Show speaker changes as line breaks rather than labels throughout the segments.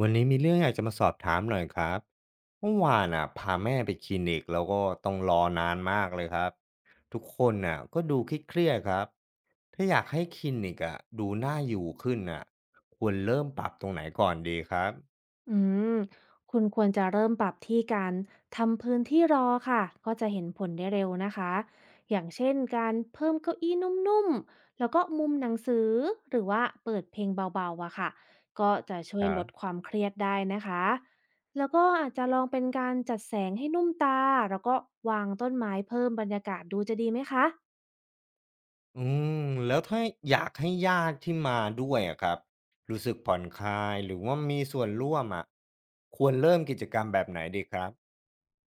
วันนี้มีเรื่องอยากจะมาสอบถามหน่อยครับเมื่อวานอ่ะพาแม่ไปคลินิกแล้วก็ต้องรอนานมากเลยครับทุกคนน่ะก็ดูเครียดๆครับถ้าอยากให้คลินิกอ่ะดูน่าอยู่ขึ้นอ่ะควรเริ่มปรับตรงไหนก่อนดีครับ
อืมคุณควรจะเริ่มปรับที่การทำพื้นที่รอค่ะก็จะเห็นผลได้เร็วนะคะอย่างเช่นการเพิ่มเก้าอี้นุ่มๆแล้วก็มุมหนังสือหรือว่าเปิดเพลงเบาๆอะค่ะก็จะช่
ค
วย
รั
ลดค
บ
วามเครียดได้นะคะแล้วก็อาจจะลองเป็นการจัดแสงให้นุ่มตาแล้วก็วางต้นไม้เพิ่มบรรยากาศดูจะดีไหมคะ
อืมแล้วถ้าอยากให้ญาติที่มาด้วยอ่ะครับรู้สึกผ่อนคลายหรือว่ามีส่วนร่วมอ่ะควรเริ่มกิจกรรมแบบไหนดีครับ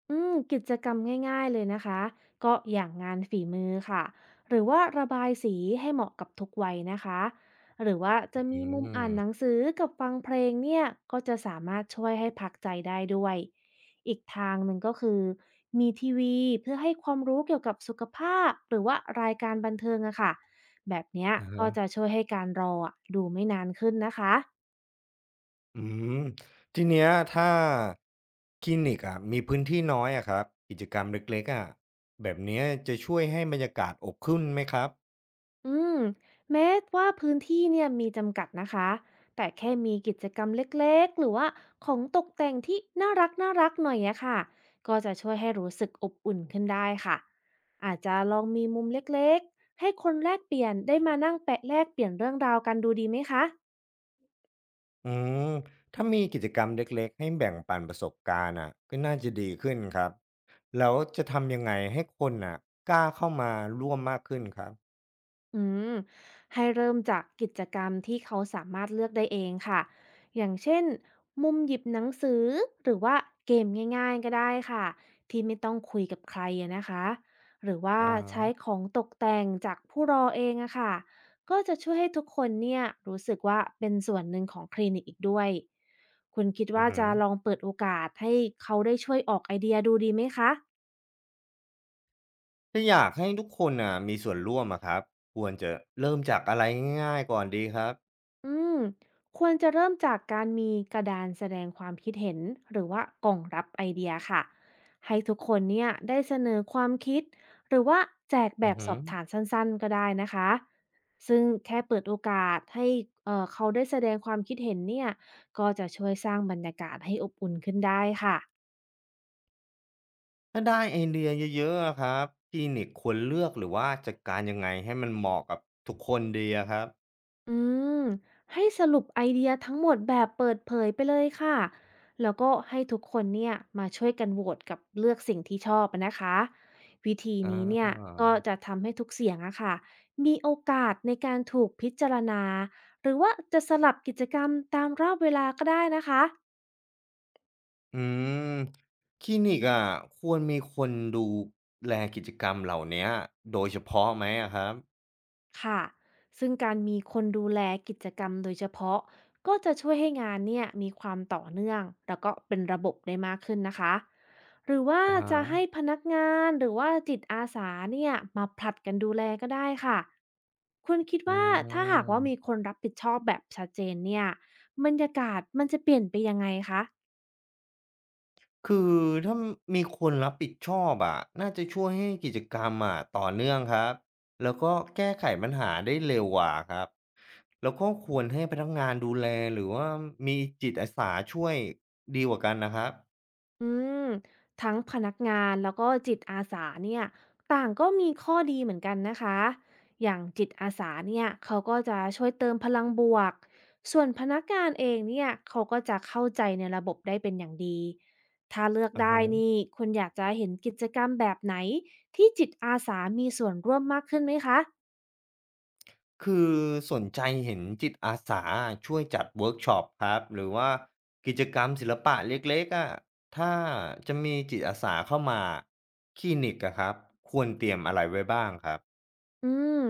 กิจกรรมง่ายๆเลยนะคะก็อย่างงานฝีมือค่ะหรือว่าระบายสีให้เหมาะกับทุกวัยนะคะหรือว่า
อื
จะมีมุม
ม
อ่านหนังสือกับฟังเพลงเนี่ยก็จะสามารถช่วยให้พักใจได้ด้วยอีกทางหนึ่งก็คือมีทีวีเพื่อให้ความรู้เกี่ยวกับสุขภาพหรือว่ารายการบันเทิงอะค่ะแบบเนี้ย
อ่าฮะ
ก็จะช่วยให้การรออะดูไม่นานขึ้นนะคะ
อืมทีเนี้ยถ้าคลินิกอะมีพื้นที่น้อยอะครับกิจกรรมเล็กๆอะแบบเนี้ยจะช่วยให้บรรยากาศอบขึ้นไหมครับ
อืมแม้ว่าพื้นที่เนี่ยมีจำกัดนะคะแต่แค่มีกิจกรรมเล็กๆหรือว่าของตกแต่งที่น่ารักน่ารักหน่อยอะค่ะก็จะช่วยให้รู้สึกอบอุ่นขึ้นได้ค่ะอาจจะลองมีมุมเล็กๆให้คนแลกเปลี่ยนได้มานั่งแปะแลกเปลี่ยนเรื่องราวกันดูดีไหมคะ
อืมถ้ามีกิจกรรมเล็กๆให้แบ่งปันประสบการณ์อะก็น่าจะดีขึ้นครับแล้วจะทำยังไงให้คนอ่ะกล้าเข้ามาร่วมมากขึ้นครับ
อืมให้เริ่มจากกิจกรรมที่เขาสามารถเลือกได้เองค่ะ อย่างเช่นมุมหยิบหนังสือหรือว่าเกมง่ายๆก็ได้ค่ะที่ไม่ต้องคุยกับใครอะนะคะหรือว่า
อ่อ
ใช้ของตกแต่งจากผู้รอเองอะค่ะก็จะช่วยให้ทุกคนเนี่ยรู้สึกว่าเป็นส่วนหนึ่งของคลินิกอีกด้วยคุณคิด
อือ
ว่า
หือ
จะลองเปิดโอกาสให้เขาได้ช่วยออกไอเดียดูดีไหมคะ
ถ้าอยากให้ทุกคนอ่ะมีส่วนร่วมอะครับควรจะเริ่มจากอะไรง่ายๆก่อนดีครับ
อืมควรจะเริ่มจากการมีกระดานแสดงความคิดเห็นหรือว่ากล่องรับไอเดียค่ะให้ทุกคนเนี่ยได้เสนอความคิดหรือว่าแจกแบ
อือ
บ
หื
ส
อ
อบถามสั้นๆก็ได้นะคะซึ่งแค่เปิดโอกาสให้เขาได้แสดงความคิดเห็นเนี่ยก็จะช่วยสร้างบรรยากาศให้อบอุ่นขึ้นได้ค่ะ
ถ้าได้ไอเดียเยอะๆอะครับคลินิกควรเลือกหรือว่าจัดการยังไงให้มันเหมาะกับทุกคนดีอะครับ
อืมให้สรุปไอเดียทั้งหมดแบบเปิดเผยไปเลยค่ะแล้วก็ให้ทุกคนเนี่ยมาช่วยกันโหวตกับเลือกสิ่งที่ชอบอะนะคะวิธี
อ
นี้เนี่ย
า
ก็จะทำให้ทุกเสียงอะค่ะมีโอกาสในการถูกพิจารณาหรือว่าจะสลับกิจกรรมตามรอบเวลาก็ได้นะคะ
อืมคลินิกอ่ะควรมีคนดูแลกิจกรรมเหล่าเนี้ยโดยเฉพาะไหมอะครับ
ค่ะ ซึ่งการมีคนดูแลกิจกรรมโดยเฉพาะก็จะช่วยให้งานเนี่ยมีความต่อเนื่องแล้วก็เป็นระบบได้มากขึ้นนะคะ หรือว่า
อะ
จะให้
ฮะ
พนักงานหรือว่าจิตอาสาเนี่ยมาผลัดกันดูแลก็ได้ค่ะ คุณคิด
อื
ว่าถ้าหากว่ามี
ม
คนรับผิดชอบแบบชัดเจนเนี่ยบรรยากาศมันจะเปลี่ยนไปยังไงคะ
คือถ้ามีคนรับผิดชอบอะน่าจะช่วยให้กิจกรรมอะต่อเนื่องครับแล้วก็แก้ไขปัญหาได้เร็วกว่าครับแล้วก็ควรให้พนักงานดูแลหรือว่ามีจิตอาสาช่วยดีกว่ากันนะครับ
อืมทั้งพนักงานแล้วก็จิตอาสาเนี่ยต่างก็มีข้อดีเหมือนกันนะคะอย่างจิตอาสาเนี่ยเขาก็จะช่วยเติมพลังบวกส่วนพนักงานเองเนี่ยเขาก็จะเข้าใจในระบบได้เป็นอย่างดีถ้าเลือก
อะ
ได้
ฮะ
นี่คุณอยากจะเห็นกิจกรรมแบบไหนที่จิตอาสามีส่วนร่วมมากขึ้นไหมคะ
คือสนใจเห็นจิตอาสาช่วยจัดเวิร์กช็อปครับหรือว่ากิจกรรมศิลปะเล็กๆอะถ้าจะมีจิตอาสาเข้ามาคลินิกอะครับควรเตรียมอะไรไว้บ้างครับ
อืม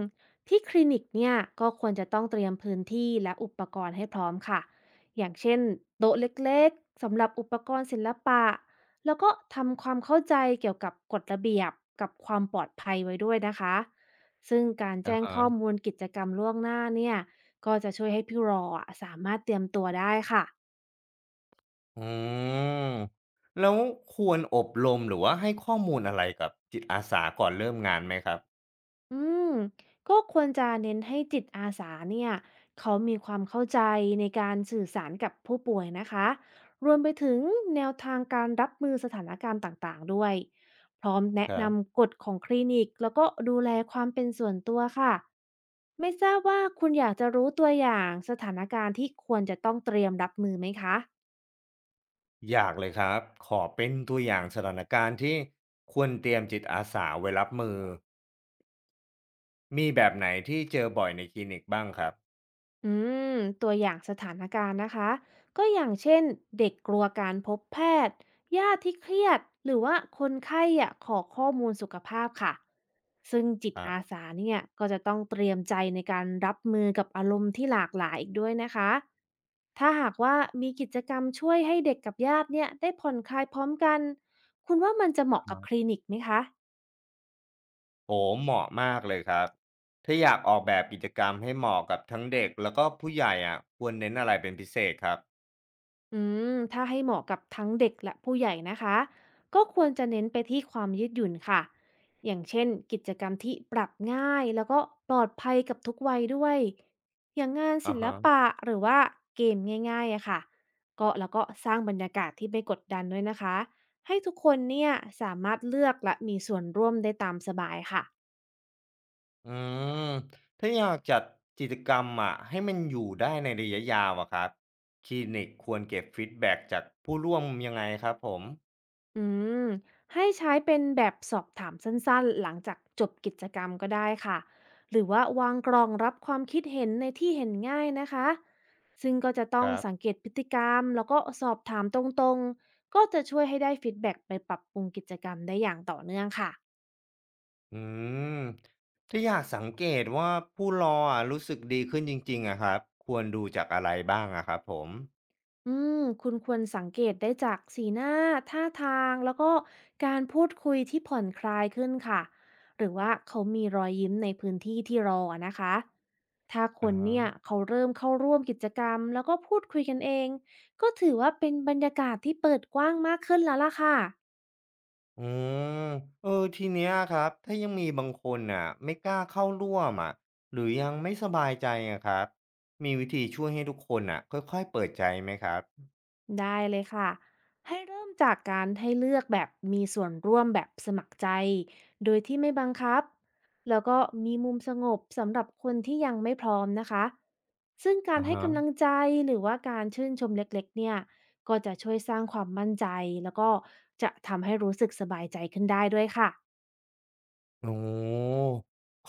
ที่คลินิกเนี่ยก็ควรจะต้องเตรียมพื้นที่และอุปกรณ์ให้พร้อมค่ะ อย่างเช่นโต๊ะเล็กๆสำหรับอุปกรณ์ศิลปะแล้วก็ทำความเข้าใจเกี่ยวกับกฎระเบียบกับความปลอดภัยไว้ด้วยนะคะ ซึ่งการ
อะ
แจ้งข้อ
ฮะ
มูลกิจกรรมล่วงหน้าเนี่ยก็จะช่วยให้พี่รออะสามารถเตรียมตัวได้ค่ะ
อืมแล้วควรอบรมหรือว่าให้ข้อมูลอะไรกับจิตอาสาก่อนเริ่มงานไหมครับ
อืมก็ควรจะเน้นให้จิตอาสาเนี่ยเขามีความเข้าใจในการสื่อสารกับผู้ป่วยนะคะรวมไปถึงแนวทางการรับมือสถานการณ์ต่างๆด้วยพร้อม
ค
แนะ
รับ
นำกฎของคลินิกแล้วก็ดูแลความเป็นส่วนตัวค่ะไม่ทราบว่าคุณอยากจะรู้ตัวอย่างสถานการณ์ที่ควรจะต้องเตรียมรับมือไหมคะ
อยากเลยครับขอเป็นตัวอย่างสถานการณ์ที่ควรเตรียมจิตอาสาไว้รับมือมีแบบไหนที่เจอบ่อยในคลินิกบ้างครับ
อืมตัวอย่างสถานการณ์นะคะก็อย่างเช่นเด็กกลัวการพบแพทย์ญาติที่เครียดหรือว่าคนไข้อะขอข้อมูลสุขภาพค่ะซึ่งจิต
ครั
อา
บ
สาเนี่ยก็จะต้องเตรียมใจในการรับมือกับอารมณ์ที่หลากหลายอีกด้วยนะคะถ้าหากว่ามีกิจกรรมช่วยให้เด็กกับญาติเนี่ยได้ผ่อนคลายพร้อมกันคุณว่ามันจะเห
ค
มาะกั
รั
บค
บ
ลินิกไหมคะ
โอ้เหมาะมากเลยครับถ้าอยากออกแบบกิจกรรมให้เหมาะกับทั้งเด็กแล้วก็ผู้ใหญ่อะควรเน้นอะไรเป็นพิเศษครับ
อืถ้าให้เหมาะกับทั้งเด็กและผู้ใหญ่นะคะก็ควรจะเน้นไปที่ความยืดหยุ่นค่ะอย่างเช่นกิจกรรมที่ปรับง่ายแล้วก็ปลอดภัยกับทุกวัยด้วยอย่างงาน
อา
ศิล
ฮะ
ปะหรือว่าเกมง่ายๆอะค่ะก็แล้วก็สร้างบรรยากาศที่ไม่กดดันด้วยนะคะให้ทุกคนเนี่ยสามารถเลือกและมีส่วนร่วมได้ตามสบายค่ะ
อืมถ้าอยากจัดกิจกรรมอะให้มันอยู่ได้ในระยะยาวอะครับคลินิกควรเก็บฟีดแบ็กจากผู้ร่วมยังไงครับผม
อืมให้ใช้เป็นแบบสอบถามสั้นๆหลังจากจบกิจกรรมก็ได้ค่ะหรือว่าวางกรองรับความคิดเห็นในที่เห็นง่ายนะคะซึ่งก็จะต้
ค
อง
รับ
สังเกตพฤติกรรมแล้วก็สอบถามตรงๆก็จะช่วยให้ได้ฟีดแบ็กไปปรับปรุงกิจกรรมได้อย่างต่อเนื่องค่ะ
อืมถ้าอยากสังเกตว่าผู้รออะรู้สึกดีขึ้นจริงๆอะครับควรดูจากอะไรบ้างอะครับผม
อืมคุณควรสังเกตได้จากสีหน้าท่าทางแล้วก็การพูดคุยที่ผ่อนคลายขึ้นค่ะหรือว่าเขามีรอยยิ้มในพื้นที่ที่รออะนะคะถ้าค
อ่
นเนี่ย
า
เขาเริ่มเข้าร่วมกิจกรรมแล้วก็พูดคุยกันเองก็ถือว่าเป็นบรรยากาศที่เปิดกว้างมากขึ้นแล้วล่ะค่ะ
อืมเออทีเนี้ยครับถ้ายังมีบางคนอะไม่กล้าเข้าร่วมอะหรือยังไม่สบายใจอะครับมีวิธีช่วยให้ทุกคนอะค่อยๆเปิดใจไหมครับ
ได้เลยค่ะให้เริ่มจากการให้เลือกแบบมีส่วนร่วมแบบสมัครใจโดยที่ไม่บังคับแล้วก็มีมุมสงบสำหรับคนที่ยังไม่พร้อมนะคะซึ่งการ
อ่า
ให้
ฮะ
กำลังใจหรือว่าการชื่นชมเล็กๆเนี่ยก็จะช่วยสร้างความมั่นใจแล้วก็จะทำให้รู้สึกสบายใจขึ้นได้ด้วยค่ะ
โอ้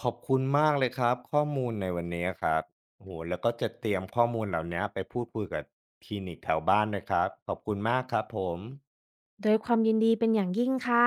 ขอบคุณมากเลยครับข้อมูลในวันนี้ครับโอ้โฮแล้วก็จะเตรียมข้อมูลเหล่าเนี้ยไปพูดคุยกับคลินิกแถวบ้านด้วยครับขอบคุณมากครับผม
โดยความยินดีเป็นอย่างยิ่งค่ะ